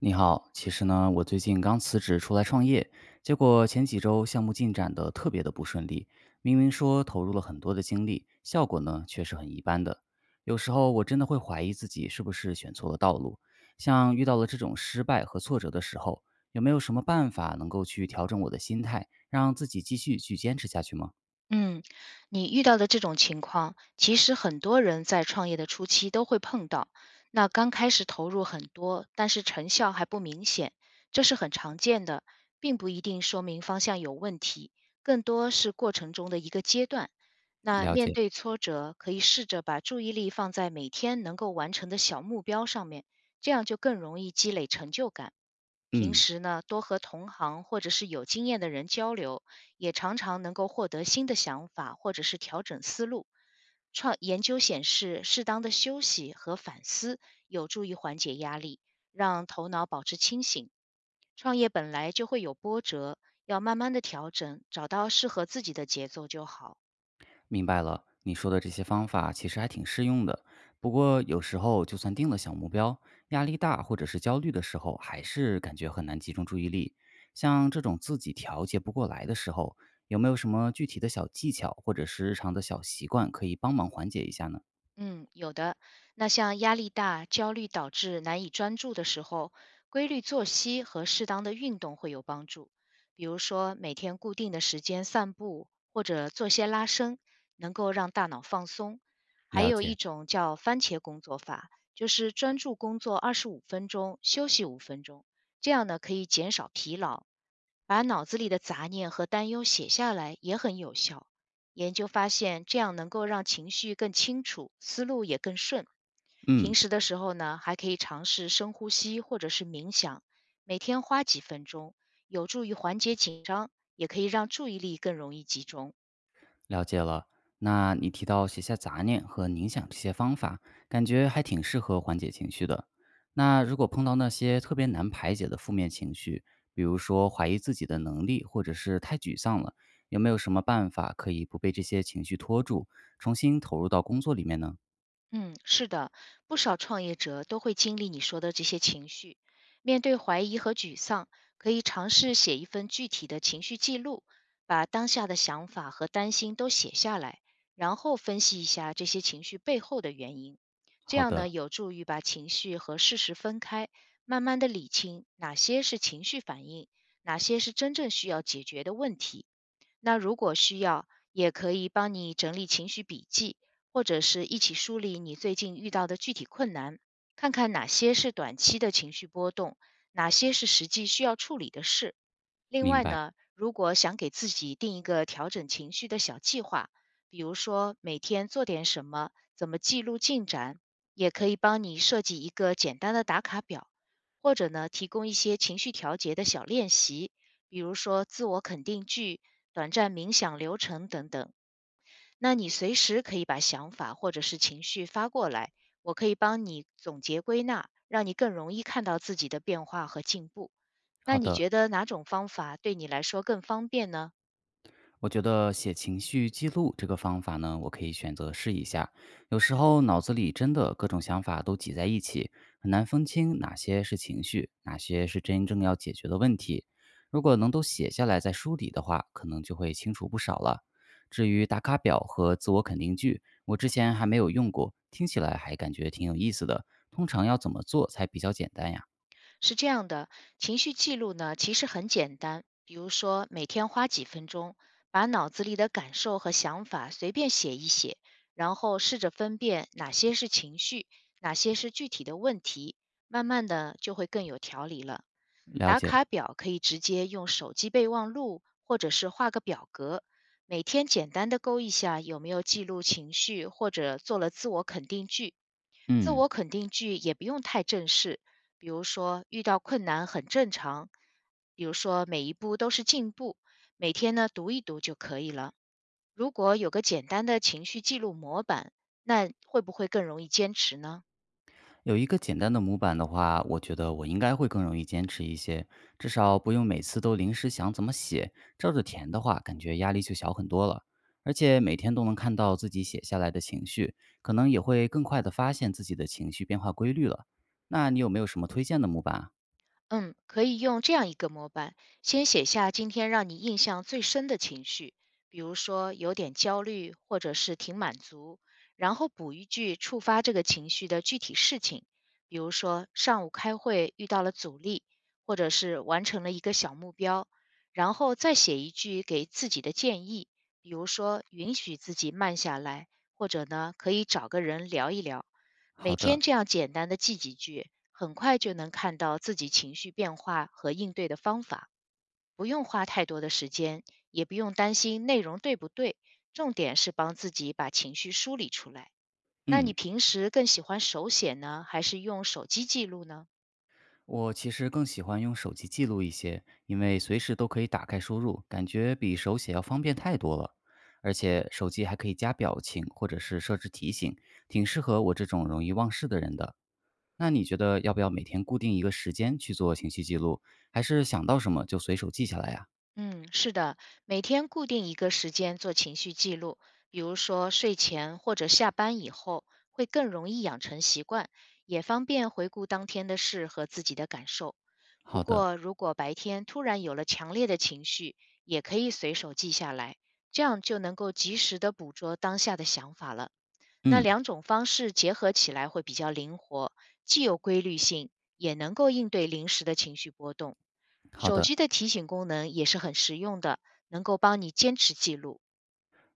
你好，其实呢，我最近刚辞职出来创业，结果前几周项目进展的特别的不顺利，明明说投入了很多的精力，效果呢却是很一般的。有时候我真的会怀疑自己是不是选错了道路。像遇到了这种失败和挫折的时候，有没有什么办法能够去调整我的心态，让自己继续去坚持下去吗？嗯，你遇到的这种情况，其实很多人在创业的初期都会碰到。那刚开始投入很多，但是成效还不明显，这是很常见的，并不一定说明方向有问题，更多是过程中的一个阶段。那了面解，对挫折，可以试着把注意力放在每天能够完成的小目标上面，这样就更容易积累成就感。平嗯。时呢，多和同行或者是有经验的人交流，也常常能够获得新的想法，或者是调整思路。创研究显示，适当的休息和反思有助于缓解压力，让头脑保持清醒。创业本来就会有波折，要慢慢的调整，找到适合自己的节奏就好。明白了，你说的这些方法其实还挺适用的。不过有时候，就算定了小目标，压力大或者是焦虑的时候，还是感觉很难集中注意力。像这种自己调节不过来的时候，有没有什么具体的小技巧或者是日常的小习惯可以帮忙缓解一下呢？嗯，有的。那像压力大、焦虑导致难以专注的时候，规律作息和适当的运动会有帮助。比如说，每天固定的时间散步，或者做些拉伸，能够让大脑放松。还了有一解。种叫番茄工作法，就是专注工作25分钟，休息五分钟，这样呢可以减少疲劳，把脑子里的杂念和担忧写下来也很有效。研究发现，这样能够让情绪更清楚，思路也更顺。平嗯，时的时候呢，还可以尝试深呼吸或者是冥想，每天花几分钟，有助于缓解紧张，也可以让注意力更容易集中。了解了。那你提到写下杂念和冥想这些方法，感觉还挺适合缓解情绪的。那如果碰到那些特别难排解的负面情绪，比如说怀疑自己的能力，或者是太沮丧了，有没有什么办法可以不被这些情绪拖住，重新投入到工作里面呢？嗯，是的，不少创业者都会经历你说的这些情绪。面对怀疑和沮丧，可以尝试写一份具体的情绪记录，把当下的想法和担心都写下来，然后分析一下这些情绪背后的原因。这好样呢，的，有助于把情绪和事实分开，慢慢的理清哪些是情绪反应，哪些是真正需要解决的问题。那如果需要，也可以帮你整理情绪笔记，或者是一起梳理你最近遇到的具体困难，看看哪些是短期的情绪波动，哪些是实际需要处理的事。另明外白。呢，如果想给自己定一个调整情绪的小计划，比如说每天做点什么，怎么记录进展，也可以帮你设计一个简单的打卡表，或者呢，提供一些情绪调节的小练习，比如说自我肯定句、短暂冥想流程等等。那你随时可以把想法或者是情绪发过来，我可以帮你总结归纳，让你更容易看到自己的变化和进步。那好你的，觉得哪种方法对你来说更方便呢？我觉得写情绪记录这个方法呢，我可以选择试一下。有时候脑子里真的各种想法都挤在一起，很难分清哪些是情绪，哪些是真正要解决的问题。如果能都写下来再梳理的话，可能就会清楚不少了。至于打卡表和自我肯定句，我之前还没有用过，听起来还感觉挺有意思的。通常要怎么做才比较简单呀？是这样的，情绪记录呢其实很简单，比如说每天花几分钟，把脑子里的感受和想法随便写一写，然后试着分辨哪些是情绪，哪些是具体的问题，慢慢的就会更有条理了。了打解，卡表可以直接用手机备忘录，或者是画个表格，每天简单的勾一下有没有记录情绪，或者做了自我肯定句。自嗯。我肯定句也不用太正式，比如说遇到困难很正常，比如说每一步都是进步，每天呢读一读就可以了。如果有个简单的情绪记录模板，那会不会更容易坚持呢？有一个简单的模板的话，我觉得我应该会更容易坚持一些，至少不用每次都临时想怎么写，照着填的话，感觉压力就小很多了。而且每天都能看到自己写下来的情绪，可能也会更快的发现自己的情绪变化规律了。那你有没有什么推荐的模板啊？嗯，可以用这样一个模板，先写下今天让你印象最深的情绪，比如说有点焦虑，或者是挺满足，然后补一句触发这个情绪的具体事情，比如说上午开会遇到了阻力，或者是完成了一个小目标，然后再写一句给自己的建议，比如说允许自己慢下来，或者呢可以找个人聊一聊。每好天的，这样简单的记几句，很快就能看到自己情绪变化和应对的方法，不用花太多的时间，也不用担心内容对不对，重点是帮自己把情绪梳理出来。那你嗯。平时更喜欢手写呢，还是用手机记录呢？我其实更喜欢用手机记录一些，因为随时都可以打开输入，感觉比手写要方便太多了。而且手机还可以加表情或者是设置提醒，挺适合我这种容易忘事的人的。那你觉得要不要每天固定一个时间去做信息记录，还是想到什么就随手记下来呀、嗯，是的，每天固定一个时间做情绪记录，比如说睡前或者下班以后，会更容易养成习惯，也方便回顾当天的事和自己的感受。不好的，过，如果白天突然有了强烈的情绪，也可以随手记下来，这样就能够及时的捕捉当下的想法了。那嗯，两种方式结合起来会比较灵活，既有规律性，也能够应对临时的情绪波动。好手的。机的提醒功能也是很实用的，能够帮你坚持记录。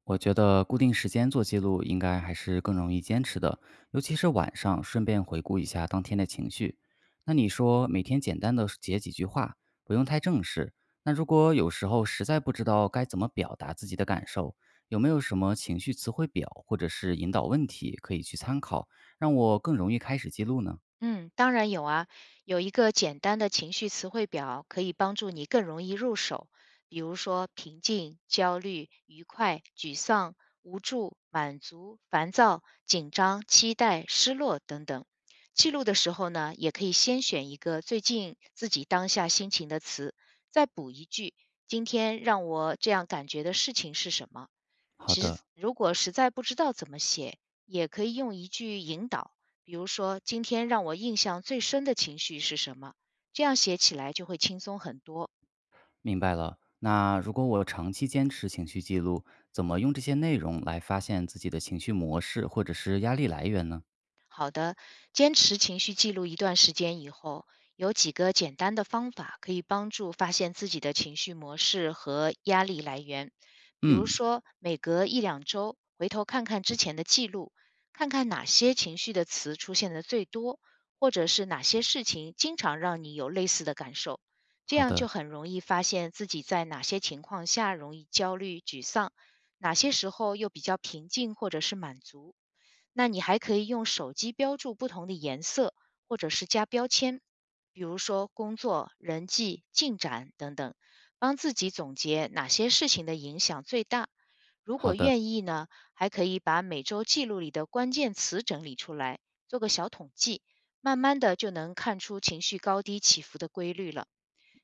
我觉得固定时间做记录应该还是更容易坚持的，尤其是晚上，顺便回顾一下当天的情绪。那你说每天简单的写几句话，不用太正式。那如果有时候实在不知道该怎么表达自己的感受，有没有什么情绪词汇表或者是引导问题可以去参考，让我更容易开始记录呢？嗯，当然有啊，有一个简单的情绪词汇表可以帮助你更容易入手，比如说平静、焦虑、愉快、沮丧、无助、满足、烦躁、紧张、期待、失落等等。记录的时候呢，也可以先选一个最近自己当下心情的词，再补一句今天让我这样感觉的事情是什么。好其实的，如果实在不知道怎么写，也可以用一句引导，比如说今天让我印象最深的情绪是什么，这样写起来就会轻松很多。明白了。那如果我长期坚持情绪记录，怎么用这些内容来发现自己的情绪模式或者是压力来源呢？好的，坚持情绪记录一段时间以后，有几个简单的方法可以帮助发现自己的情绪模式和压力来源。比如嗯，说，每隔一两周回头看看之前的记录，看看哪些情绪的词出现的最多，或者是哪些事情经常让你有类似的感受，这好样就的，很容易发现自己在哪些情况下容易焦虑、沮丧，哪些时候又比较平静或者是满足。那你还可以用手机标注不同的颜色，或者是加标签，比如说工作、人际、进展等等，帮自己总结哪些事情的影响最大。如好果的，愿意呢，还可以把每周记录里的关键词整理出来，做个小统计，慢慢的就能看出情绪高低起伏的规律了。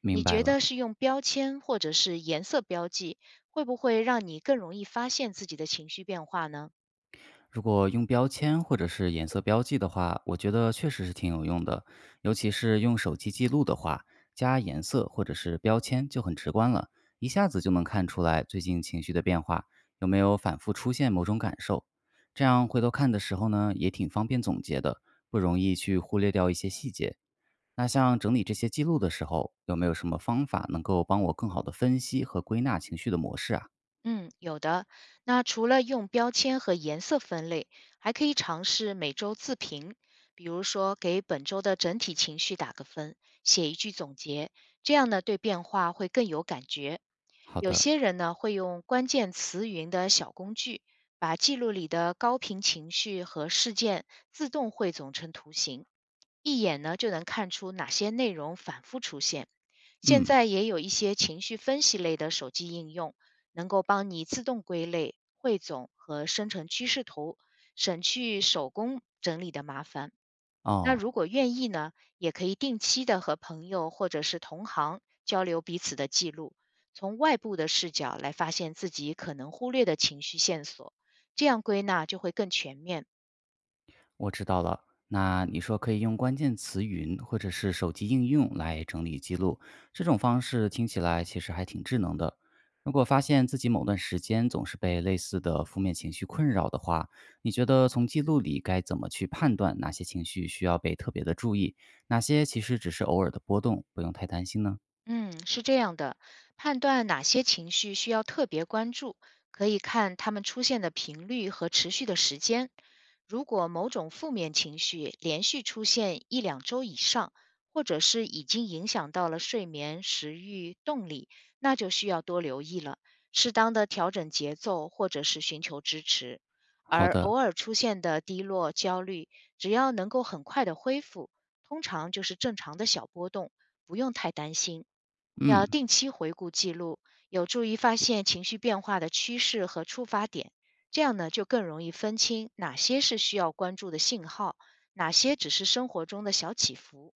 明你白觉得了。是用标签或者是颜色标记，会不会让你更容易发现自己的情绪变化呢？如果用标签或者是颜色标记的话，我觉得确实是挺有用的，尤其是用手机记录的话，加颜色或者是标签就很直观了，一下子就能看出来最近情绪的变化，有没有反复出现某种感受。这样回头看的时候呢，也挺方便总结的，不容易去忽略掉一些细节。那像整理这些记录的时候，有没有什么方法能够帮我更好的分析和归纳情绪的模式啊？嗯，有的。那除了用标签和颜色分类，还可以尝试每周自评，比如说给本周的整体情绪打个分，写一句总结，这样呢对变化会更有感觉。好有的，些人呢会用关键词云的小工具，把记录里的高频情绪和事件自动汇总成图形。一眼呢就能看出哪些内容反复出现。现嗯。在也有一些情绪分析类的手机应用，能够帮你自动归类、汇总和生成趋势图，省去手工整理的麻烦。那如哦，果愿意呢，也可以定期的和朋友或者是同行交流彼此的记录，从外部的视角来发现自己可能忽略的情绪线索，这样归纳就会更全面。我知道了。那你说可以用关键词云或者是手机应用来整理记录，这种方式听起来其实还挺智能的。如果发现自己某段时间总是被类似的负面情绪困扰的话，你觉得从记录里该怎么去判断哪些情绪需要被特别的注意，哪些其实只是偶尔的波动，不用太担心呢？嗯，是这样的，判断哪些情绪需要特别关注，可以看它们出现的频率和持续的时间。如果某种负面情绪连续出现一两周以上，或者是已经影响到了睡眠、食欲、动力，那就需要多留意了，适当的调整节奏，或者是寻求支持。好而的，偶尔出现的低落、焦虑，只要能够很快的恢复，通常就是正常的小波动，不用太担心。要嗯，定期回顾记录，有助于发现情绪变化的趋势和触发点，这样呢就更容易分清哪些是需要关注的信号，哪些只是生活中的小起伏。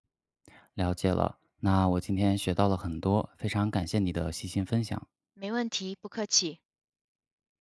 了解了。那我今天学到了很多，非常感谢你的细心分享。没问题，不客气。